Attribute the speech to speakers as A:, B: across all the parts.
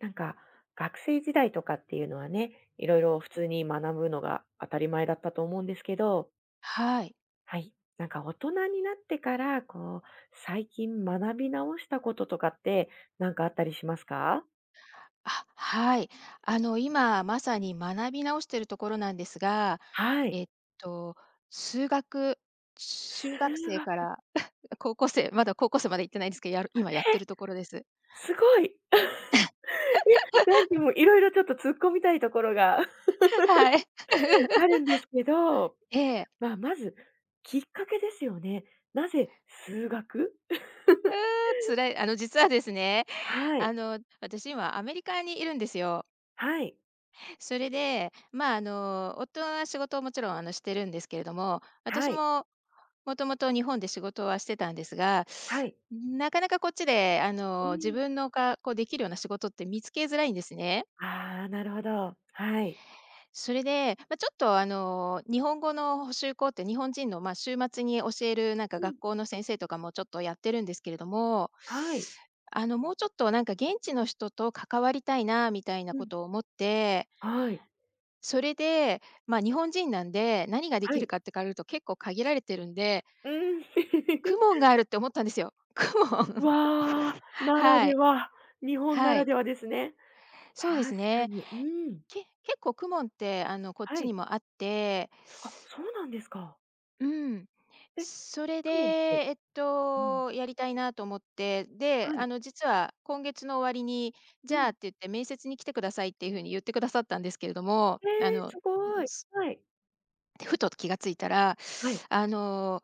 A: なんか、学生時代とかっていうのはね、いろいろ普通に学ぶのが当たり前だったと思うんですけど、
B: はい。
A: はい。なんか大人になってから、こう、最近学び直したこととかってなんかあったりしますか？
B: あ、はい。今まさに学び直してるところなんですが、
A: はい。
B: えっと、数学、中学
A: 数
B: 生か
A: 学。
B: ら高校生、まだ高校生まで行ってないんですけど、今やって
A: え、
B: るところです。
A: すごい。え、なんかもういろいろちょっと突っ込みたいところが
B: はい。
A: あ るんですけど、
B: ええ。
A: まあ、まずきっかけですよね。なぜ数学？
B: 辛い、あの、実はですね、
A: はい。
B: 私今アメリカにいるんですよ。
A: はい。
B: それで、まあ、夫は仕事をもちろん、してるんですけれども、
A: は
B: 私
A: い。
B: ももともと日本で仕事はしてたんですが、
A: はい。
B: なかなかこっちで、
A: う
B: 自
A: ん。
B: 分のがこうできるような仕事って見つけづらいんですね。
A: ああ、なるほど。はい。
B: それで、ま、ちょっと、日本語の補習校って日本人の、ま、週末に教えるなんか
A: うん。
B: 学校の先生とかもちょっとやってるんですけれども、
A: はい。
B: もうちょっとなんか現地の人と関わりたいなみたいな
A: う
B: こ
A: ん。
B: とを思って、
A: はい。
B: それで、ま、日本人なんで、何がで
A: は
B: きる
A: い。
B: かって考えると結構限られてるんで
A: うん。
B: クモン があるって思ったんですよ。クモン。
A: わあ、なら
B: は
A: で
B: い、
A: は。日本な
B: は
A: ら
B: い。
A: ではですね。
B: そうで
A: 確
B: す
A: か
B: ね。
A: に。うん。
B: 結構クモンって、こっ
A: は
B: ちに
A: い。
B: もあって、
A: あ、そうなんですか。
B: うん。
A: え、
B: それで、
A: カモンって、うん。
B: やりたいなと思って、で、
A: はい。
B: 実は今月の終わりに、
A: う
B: じゃあ
A: ん。
B: って言って面接に来てくださいっていう風に言ってくださったんですけれども、
A: ええ、すごい。はい。
B: で、ふと気がついたら、
A: はい。
B: あの、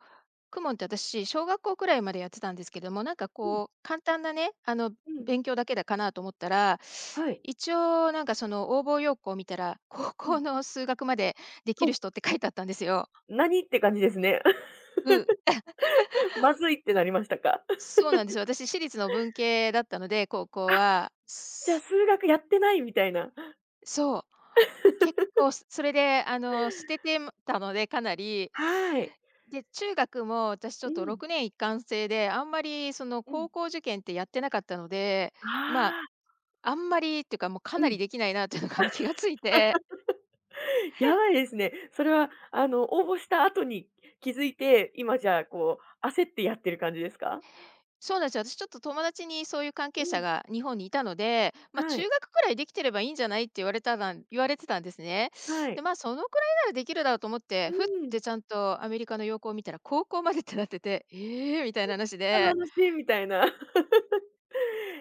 B: 公文って私、小学校くらいまでやってたんですけども、なんか
A: うん。
B: こう、簡単なね、
A: うん。
B: 勉強だけだかなと思ったら、
A: はい。
B: 一応なんかその応募要項を見たら、高
A: うん。
B: 校の数学まででき
A: お、
B: る人って書いてあったんですよ。
A: 何って感じですね。
B: うん、
A: まずいってなりましたか？
B: そうなんですよ。私私立の文系だったので、高校
A: あ、
B: は。
A: じゃあ数学やってないみたいな。
B: そう。結構すそれで、捨ててたので、かなり。
A: はい。
B: で、中学も私ち
A: う
B: ょっと
A: ん。
B: 6年一貫制で、あんまりその
A: うん。
B: 高校受験ってやってなかったので、まあ、
A: ああ。
B: あんまりっていうか、もうか
A: う
B: な
A: ん。
B: りできないなっていうのかに気がついて
A: やばいですね。それは、あの、応募した後に気づいて、今じゃあ、こう、焦ってやってる感じですか？
B: そうなんですよ。私ちょっと友達にそういう関
A: う
B: 係者
A: ん。
B: が日本にいたので、まあ、
A: は
B: 中
A: い、
B: 学くらいできてればいいんじゃないって言われてたんですね。
A: は
B: で、
A: い。
B: まあ、そのくらいならできるだろうと思っ
A: う
B: て、ふっ
A: ん。
B: てちゃんとアメリカの要項を見たら高校までってなってて、えーみたいな話
A: じゃあ、
B: で、
A: 楽しいみたいな。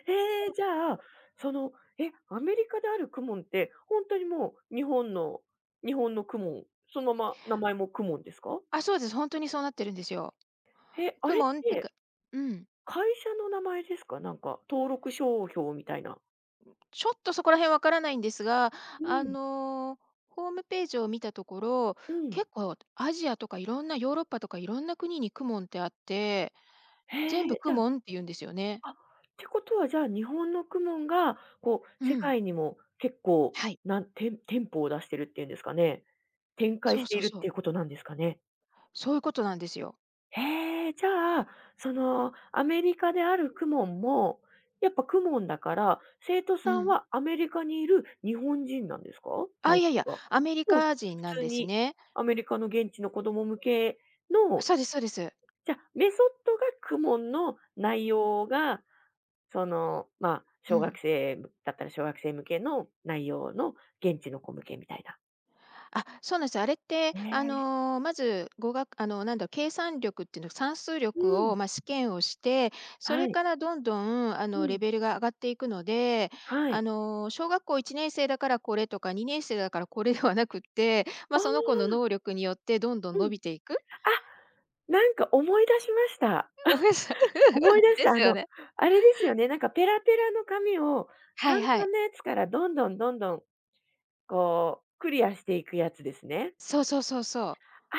A: ええ、じゃあ、その、え、アメリカであるクモンって、本当にもう日本の日本のクモン、そのまま名前もクモンですか？
B: あ、そうです、本当にそうなってるんですよ。
A: え、あ
B: ク
A: れっ
B: モンってか
A: て
B: うん。
A: 会社の名前ですか？なんか登録商標みたいな。
B: ちょっとそこら辺わからないんですが、
A: う
B: あ
A: ん。
B: の、ホームページを見たところ、
A: うん。
B: 結構アジアとかいろんなヨーロッパとかいろんな国にクモンってあって、全
A: へ
B: 部
A: え、
B: ク
A: じゃあ
B: モンって言うんですよね。
A: あ、ってことはじゃあ日本の公文が、こう
B: う
A: 世
B: ん。
A: 界にも結構、
B: はい。
A: なん、てん店舗を出してるっていうんですかね。展開
B: そ
A: し
B: う
A: てい
B: そう
A: るっ
B: そ
A: て
B: う。
A: いうことなんですかね。
B: そういうことなんですよ。
A: へえ、じゃあ、そのアメリカであるクモンも、やっぱクモンだから、生徒
B: う
A: さん
B: ん。
A: はアメリカにいる日本人なんですか？
B: あ、
A: 対
B: いやい
A: 象
B: や、
A: が。
B: アメリ
A: もう
B: カ人
A: 普
B: なん
A: 通
B: です
A: に
B: ね。
A: アメリカの現地の子供向けの、
B: そうですそうです。
A: じゃ、メソッドがクモンの内容がその、まあ、
B: う
A: 小学
B: ん。
A: 生だったら小学生向けの内容の現地の子向けみたいな。
B: あ、そうなんです。あれって、
A: ね
B: まず、語学あの、なんだろう、計算力っていうの算数
A: え。う
B: 力
A: ん。
B: を、まあ、試験をして、そ
A: は
B: れ
A: い。
B: からどんどん、
A: う
B: レ
A: ん。
B: ベルが上がっていくので、
A: はい。
B: 小学校1年生だからこれとか、2年生だからこれではなくって、ま
A: あ
B: あ、その
A: あ、
B: 子の能力によってどんど
A: う
B: ん伸
A: ん。
B: びていく。
A: あ、なんか思い出しました。
B: ごめんなさい。
A: 思い 出し
B: で
A: た。
B: す
A: あ
B: よ
A: の、
B: ね。
A: あれですよね、なんかペラペラの紙を
B: は
A: 簡
B: いはい。
A: 単なやつからどんどんどんどん、こう、クリアしていくやつですね。
B: そうそうそうそう。
A: あ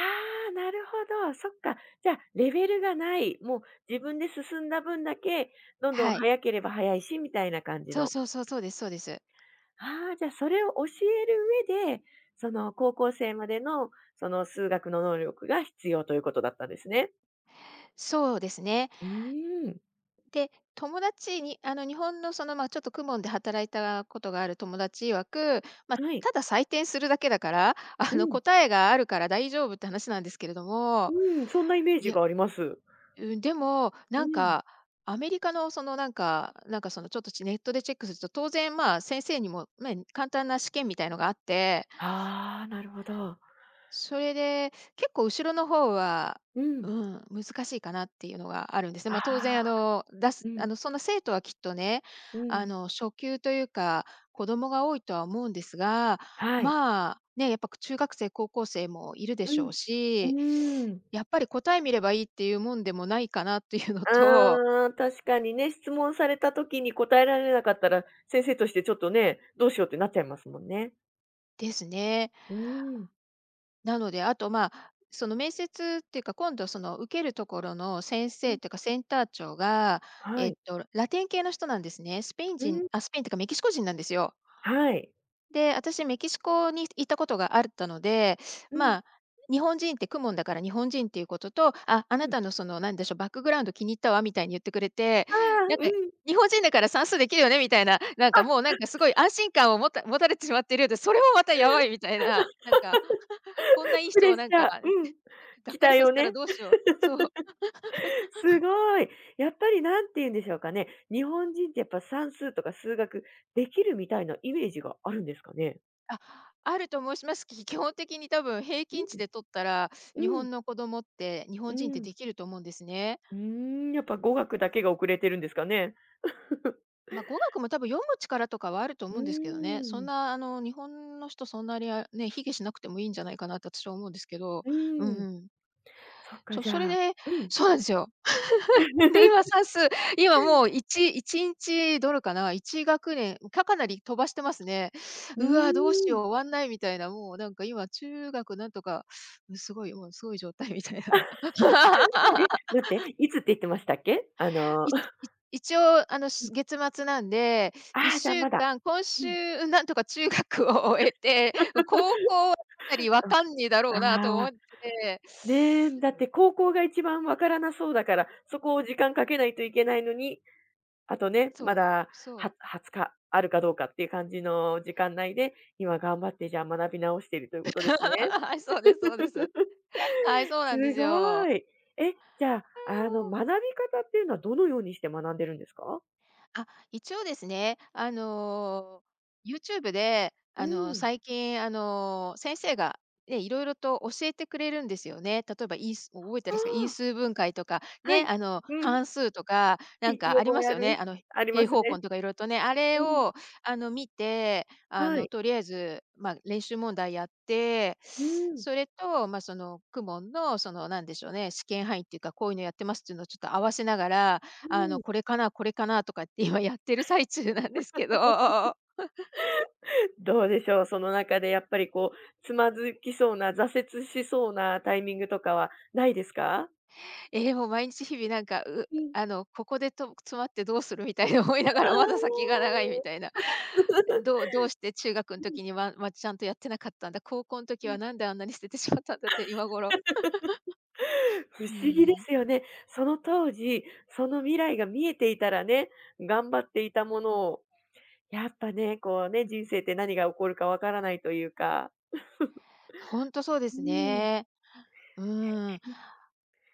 A: あ、なるほど、そっか。じゃ、あレベルがない、もう自分で進んだ分だけ、どんどん
B: はい。
A: 早ければ早いしみたいな感じ
B: そう
A: の。
B: そうそう、そうですそうです。
A: ああ、じゃあそれを教える上で、その高校生までのその数学の能力が必要ということだったんですね。
B: そうですね。
A: うーん。
B: で、友達に日本のその、まあ、ちょっと公文で働いたことがある友達曰く、まあ、
A: はい。
B: ただ採点するだけだから、
A: うん。
B: 答えがあるから大丈夫って話なんですけれども、
A: うん、そんなイメー
B: い
A: ジ
B: や、
A: があります。
B: うん、でも、
A: う
B: なん
A: ん。
B: か、アメリカのその、なんかその、ちょっと、ネットでチェックすると、当然、まあ、先生にもね、簡単な試験みたいのがあって
A: ああ、なるほど。
B: それで、結構後ろの方は、
A: うん。
B: うん、難しいかなっていうのがあるんですね。
A: あ
B: まあ、当
A: あ。
B: 然あの、出す
A: う
B: あ
A: ん。
B: の、そんな生徒はきっとね、
A: うん。
B: 初級というか、子供が多いとは思うんですが、
A: はい。
B: まあ、ね、やっぱ中学生、高校生もいるで
A: う
B: しょ
A: ん。
B: う
A: う
B: し、
A: ーん。
B: やっぱり答え見ればいいっていうもんでもないかなっていうのと
A: ああ、確かにね、質問された時に答えられなかったら、先生としてちょっとね、どうしようってなっちゃいますもんね。
B: ですね。
A: うーん。
B: なので、あと、まあ、その面接っていうか、今度その受けるところの先
A: う
B: 生
A: ん。
B: っていうかセンター長が、
A: はい。
B: ラテン系の人なんですね。スペイン
A: う
B: 人
A: ん。
B: あ、スペインっていうかメキシコ人なんですよ。
A: はい。
B: で、私メキシコに行ったことがあったので、
A: うん。
B: まあ、日本人って公文だから日本人っていうことと、あ、あ
A: う
B: な
A: ん。
B: たのそのなんでしょう、バックグラウンド気に入ったわみたいに言ってくれて、
A: ああ、
B: なん
A: う
B: か
A: ん。
B: 日本人だから算数できるよねみたいな、なんか
A: あ、
B: もうなんかすごい安心感を持たれてしまっているようで、それもまたやばいみたいな、なんかこんないい
A: プ
B: 人
A: レッ
B: を
A: シ
B: なんか、
A: ャー。うん。
B: がっ
A: 期
B: かり
A: 待
B: さ
A: を
B: せたら
A: ね。
B: どうしよう。そう。
A: すごい。やっぱりなんて言うんでしょうかね、日本人ってやっぱ算数とか数学できるみたいなイメージがあるんですかね？
B: あ、あると申しますき 基本的に多分平
A: う
B: 均値
A: ん。
B: で取ったら、日
A: うん。
B: 本の子供って日
A: う
B: 本人って
A: ん。
B: できると思うんですね。
A: うーん、やっぱ語学だけが遅れてるんですかね？
B: まあ、語学も多分読む力とかはあると
A: うー
B: 思うんですけどね。そん
A: ん。
B: なあの、日本の人そんなにね、卑下しなくてもいいんじゃないかなって私は思うんですけど。
A: う
B: う
A: ー
B: ん
A: ん。
B: うん。
A: そっか、
B: そう、
A: じゃ
B: それ
A: あ
B: で
A: うん。
B: そうなんですよ。で、今指 す、今もう1、1日どれかな、1学年、かなり飛ばしてますね。
A: うー
B: うわ、どうしよう、
A: ん。
B: 終わんないみたいな、もうなんか今中学なんとか、うん、すごい、もうすごい状態みたいな。
A: え、待って、いつって言ってましたっけ？
B: いちい一応
A: うん。
B: 月末なんで、
A: ああ、じ
B: 1
A: ゃあ
B: 週
A: まだ
B: 間、今
A: うん。
B: 週なんとか中学を終えて、高校はかなりわ
A: そっ
B: かんねえだろうなと思
A: か。
B: って。
A: ね、え、だって高校が一番わからなそうだから、そこを時間かけないといけないのに、あとね、
B: そ
A: ま
B: う、
A: だ
B: そう。
A: は20日あるかどうかっていう感じの時間内で、今頑張ってじゃあ学び直しているということですね。
B: はい、そうですそうです。はい、そう
A: す
B: なんです
A: ご
B: よ。
A: い。え、じゃあ、学び方っていうのはどのようにして学んでるんですか？
B: あ、一応ですね、YouTube で、
A: うん。
B: 最近、先生がね、いろいろと教えてくれるんですよね。例えば覚えてらっしゃる
A: あ
B: 因
A: あ、
B: 数分解とか、
A: は
B: ね、
A: い。うん。
B: 関数とか、なん
A: 聞き
B: かありま
A: 覚え
B: す
A: あ
B: よね。
A: る。ありま
B: 平
A: す
B: 方
A: ね。
B: 根とかいろいろとね、あれ
A: うん。
B: を、見て、
A: はい。
B: とりあえず、まあ、練習問題やって、
A: うん。
B: それと、まあ、その、公文の、その、なんでしょうね、試験範囲っていうか、こういうのやってますっていうのをちょっと合わせながら
A: うん。
B: これかな、これかなとかって今やってる最中なんですけど、
A: どうでしょう、その中でやっぱりこう、つまずきそうな、挫折しそうなタイミングとかはないですか？
B: もう毎日日々なんか、う
A: うん。
B: あの、ここでと詰まってどうするみたいな思いな
A: あ
B: がら、まだ先が長いみ
A: あ。
B: たいな。どうして中学
A: う
B: の
A: ん、
B: 時には、まあ、ちゃんとやってなかったんだ、高校の
A: う
B: 時は
A: ん。
B: なんであんなに捨ててしまったんだって今頃。
A: 不
B: う
A: 思議で
B: ん。
A: すよね。その当時、その未来が見えていたらね、頑張っていたものを、やっぱね、こうね、人生って何が起こるかわからないというか。
B: ほんとそうで
A: う
B: す
A: ん。
B: ね。うん。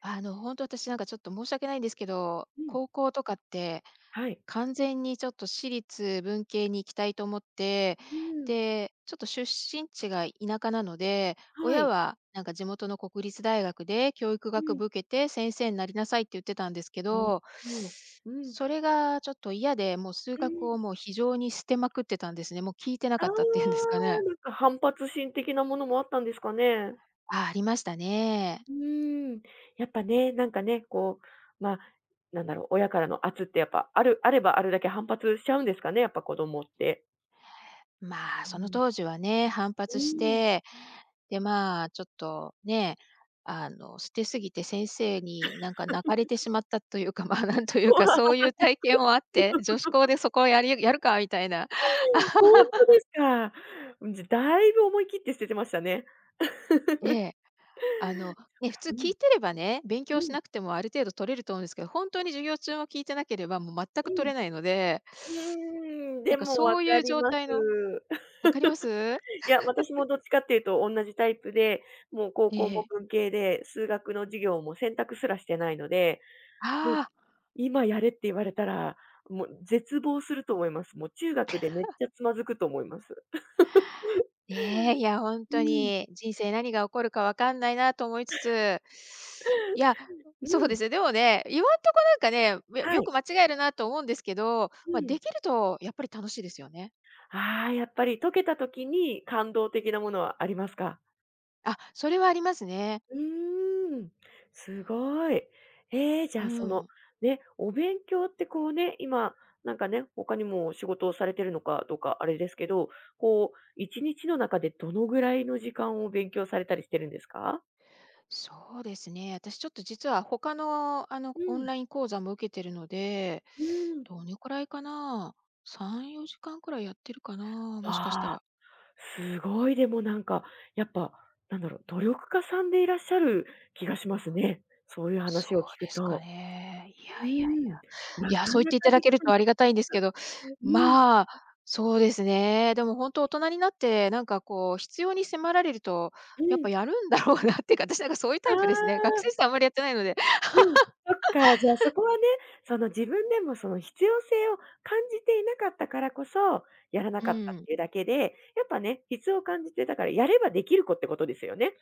B: ほんと私なんかちょっと申し訳ないんですけど、
A: うんうん。
B: 高校とかって
A: はい。
B: 完全にちょっと私立文系に行きたいと思って、
A: うん。
B: で、ちょっと出身地が田舎なので、
A: は
B: 親
A: い。
B: はなんか地元の国立大学で教育
A: う
B: 学
A: ん。
B: 部受けて先生になりなさいって言ってたんですけ
A: ああ、
B: ど、
A: そううん。
B: それがちょっと嫌で、もう数
A: う
B: 学
A: ん。
B: をもう非常に捨てまくってたんですね。もう聞いてな
A: あ
B: かったっていう
A: あ、
B: んですかね。
A: なんか反発心的なものもあったんですかね？
B: ああ、ありましたね。
A: うーん、やっぱね、なんかね、こう、まあ、なんだろう、親からの圧ってやっぱあればあるだけ反発しちゃうんですかね、やっぱ子供って。
B: まあ、
A: う
B: その
A: ん。
B: 当時はね、反
A: う
B: 発し
A: ーん。
B: て、で、まあ、ちょっとね、捨てすぎて先生になんか泣かれてしまったというか、まあ、なんというか、そうい う体験もあって、女子校でそこをやるかみたいな。
A: そうなんです。ほんとですか。うん、じゃ、だいぶ思い切って捨ててましたね。
B: ええ。ね、普通
A: う
B: 聞
A: ん、
B: いてればね、勉強
A: う
B: し
A: ん、
B: なくてもある程度取れると思うんですけど、本当に授業中も聞いてなければ、もう全
A: う
B: く取
A: ん。
B: れないので、
A: うーん、
B: な
A: で
B: んか
A: も分
B: そう
A: か
B: いう
A: り
B: 状
A: ます。
B: 態の分かります？
A: いや、私もどっちかっていうと同じタイプで、もう高
B: え
A: 校も
B: え。
A: 文系で、数学の授業も選択すらしてないので、もう
B: ああ。
A: 今やれって言われたら、もう絶望すると思います。もう中学でめっちゃつまずくと思います。
B: ねえ、いや、本
A: う
B: 当
A: ん、
B: に、人生何が起こるか分かんないなと思いつつ、いや、
A: う
B: そう
A: ん。
B: ですね、でもね、今んとこなんかね、
A: は
B: よ
A: い。
B: く間違えるなと思うんですけど、
A: う
B: まあ、
A: ん。
B: できるとやっぱり楽しいですよね。
A: ああ、やっぱり解けた時に感動的なものはありますか？
B: あ、それはありますね。
A: うーん、すごい。えーじゃ
B: う
A: あ、その、
B: ん。
A: ね、お勉強ってこうね、今、なんかね、他にも仕事をされてるのかどうかあれですけど、こう、1日の中でどのぐらいの時間を勉強されたりしてるんですか？
B: そうですね、私ちょっと実は他の、
A: う
B: オン
A: ん、
B: ライン講座も受けてるので、
A: うん。
B: どのくらいかな、3、4時間くらいやってるかな、もし
A: わ
B: かした
A: あ、
B: ら。
A: すごい、でもなんか、やっぱ、なんだろう、努力家さんでいらっしゃる気がしますね。そういう
B: そう
A: 話を聞く
B: ですか
A: と。
B: ね。
A: うーん、なか
B: そう言っ
A: な
B: てい
A: か
B: ただ
A: でき
B: ける
A: ない
B: とあり
A: と
B: がたいんですけど、
A: うん、
B: まあ、そうですね。でも本当大人になって、なんかこう必要に迫られると、
A: う
B: やっぱ
A: ん。
B: やるんだろうなっていうか、私なんかそういうタ
A: あ
B: イプですね。
A: あ。
B: 学生時代あんまりやってないので。
A: うん、そっか、じゃあ、そこはね、その自分でもその必要性を感じていなかったからこそ、やらな
B: う
A: かったっ
B: ん。
A: ていうだけで、やっぱね、必要を感じて、だからやればできる子ってことですよね。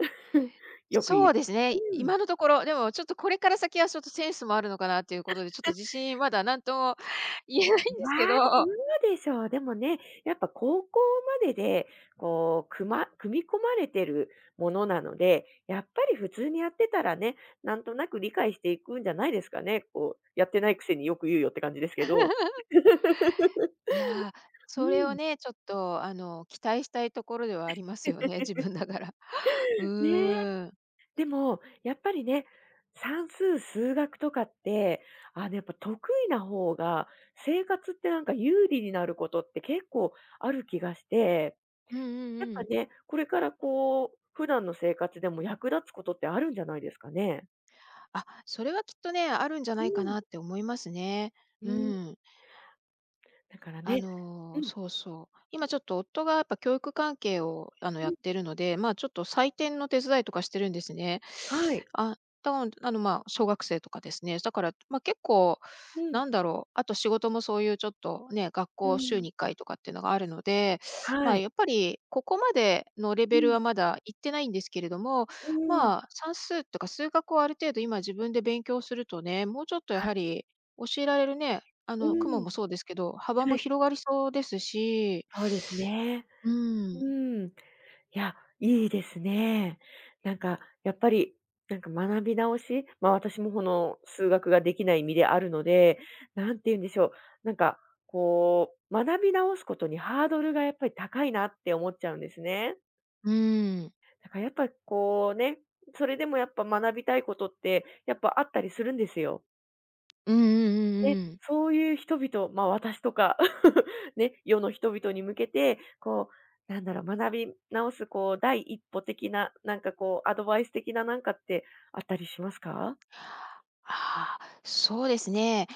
A: よく言う。
B: そうですね、
A: うん。
B: 今のところ。でもちょっとこれから先はちょっとセンスもあるのかなっていうことで、ちょっと自信まだ何とも 言えないんで
A: ま
B: すけ
A: あ、ど
B: ど。
A: うでしょう。でもね、やっぱ高校までで、こう、組み込まれてるものなので、やっぱり普通にやってたらね、なんとなく理解していくんじゃないですかね。こう、やってないくせによく言うよって感じですけど。
B: いやー、
A: う
B: それを
A: ん。
B: ね、ちょっと期待したいところではありますよね、自分だから。う
A: ね。
B: ーん。
A: でも、やっぱりね、算数、数学とかって、あの、やっぱ得意な方が、生活ってなんか有利になることって結構ある気がして、
B: うんうん
A: やっ
B: う
A: ぱ
B: ん。
A: ね、これからこう、普段の生活でも役立つことってあるんじゃないですかね。
B: あ、それはきっとね、あるんじゃ
A: う
B: ないか
A: ん
B: なって思いますね。
A: う
B: う
A: ん。
B: ん。
A: だからねうん
B: そうそう。今ちょっと夫がやっぱ教育関係を、
A: う
B: やっ
A: ん
B: てるので、まあ、ちょっと採点の手伝いとかしてるんですね。
A: はい。
B: あ、だから、あの、まあ、小学生とかですね。だから、まあ、結構、
A: うん
B: なんだろう、あと仕事もそういうちょっとね、学
A: う
B: 校週
A: ん
B: に1回とかっていうのがあるので、ま
A: は
B: あ、
A: い。
B: やっぱりここまでのレ
A: う
B: ベル
A: ん
B: はまだ行ってないんですけれども、
A: うん
B: まあ、算数とか数学をある程度今自分で勉強するとね、もうちょっとや
A: は
B: は
A: い。
B: り教えられるね、
A: う
B: 雲
A: ん。
B: もそうですけど、幅
A: は
B: も
A: い、
B: 広がりそうですし、
A: そうですね。
B: うん、
A: うん。いや、いいですね。なんか、やっぱり、なんか学び直し、まあ、私もこの数学ができない身であるので、なんて言うんでしょう、なんかこう、学び直すことにハードルがやっぱり高いなって思っちゃうんですね。
B: うん、
A: だからやっぱりこうね、それでもやっぱ学びたいことって、やっぱあったりするんですよ。
B: うんうんう
A: え、
B: んうん。
A: そういう人々、ま、私とか ね、世の人々に向けて、こう、なんだろう、学び直すこう、第一歩的な、なんかこう、アドバイス的ななんかってあったりしますか？
B: ああ、そうですね。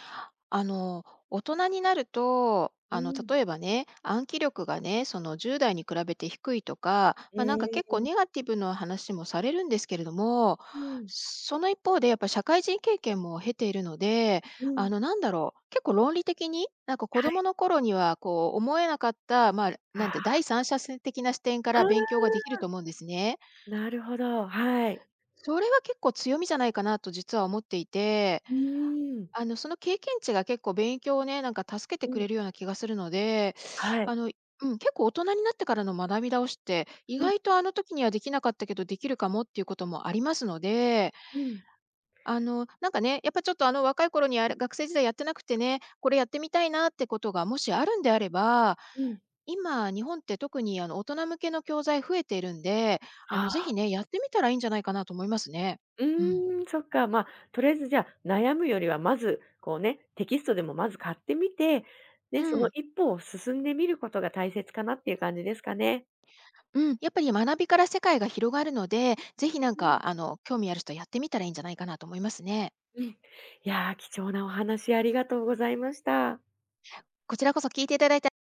B: あの、大人になると、
A: うん。
B: 例えばね、暗記力がね、その10代に比べて低いとか、
A: う
B: まあ、なんか
A: ー
B: 結構
A: ん、
B: ネガティブな話もされるんですけれども、
A: うん、
B: その一方でやっぱ社会人経験も経ているので、
A: うん。
B: なんだろう、結構論理的に、なんか子
A: は
B: 供
A: い。
B: の頃にはこう思えなかった、まあ、
A: あ
B: な
A: あ、
B: んて第三者的な視点から勉強ができると思うんですね。
A: なるほど、はい。
B: それは結構強みじゃないかなと実は思っていて
A: うーん。
B: その経験値が結構勉強をね、なんか助けて
A: う
B: く
A: ん。
B: れるような気がするので、
A: はい。
B: あの、うん、結構大人になってからの学び直しって、意
A: うん、
B: 外とあの時にはできなかったけど、できるかもっていうこともありますので、
A: うん、
B: なんかね、やっぱちょっとあの若い頃にあれ、学生時代やってなくてね、これやってみたいなってことがもしあるんであれば、
A: うん。
B: 今、日本って特にあの大人向けの教材増えているんで、
A: は
B: ぜ
A: あ。
B: ひね、やってみたらいいんじゃないかなと思いますね。
A: う
B: うん。
A: ーん、そっか。ま、あとりあえずじゃあ、悩むよりはまず、こうね、テキストでもまず買ってみて、ね、そ
B: う
A: の
B: ん。
A: 一歩を進んでみることが大切かなっていう感じですかね。
B: うん、やっぱり学びから世界が広がるので、ぜひなんかあの興味ある人はやってみたらいいんじゃないかなと思いますね。
A: うん。いやー、貴重なお話ありがとうございました。
B: こちらこそ聞いていただいて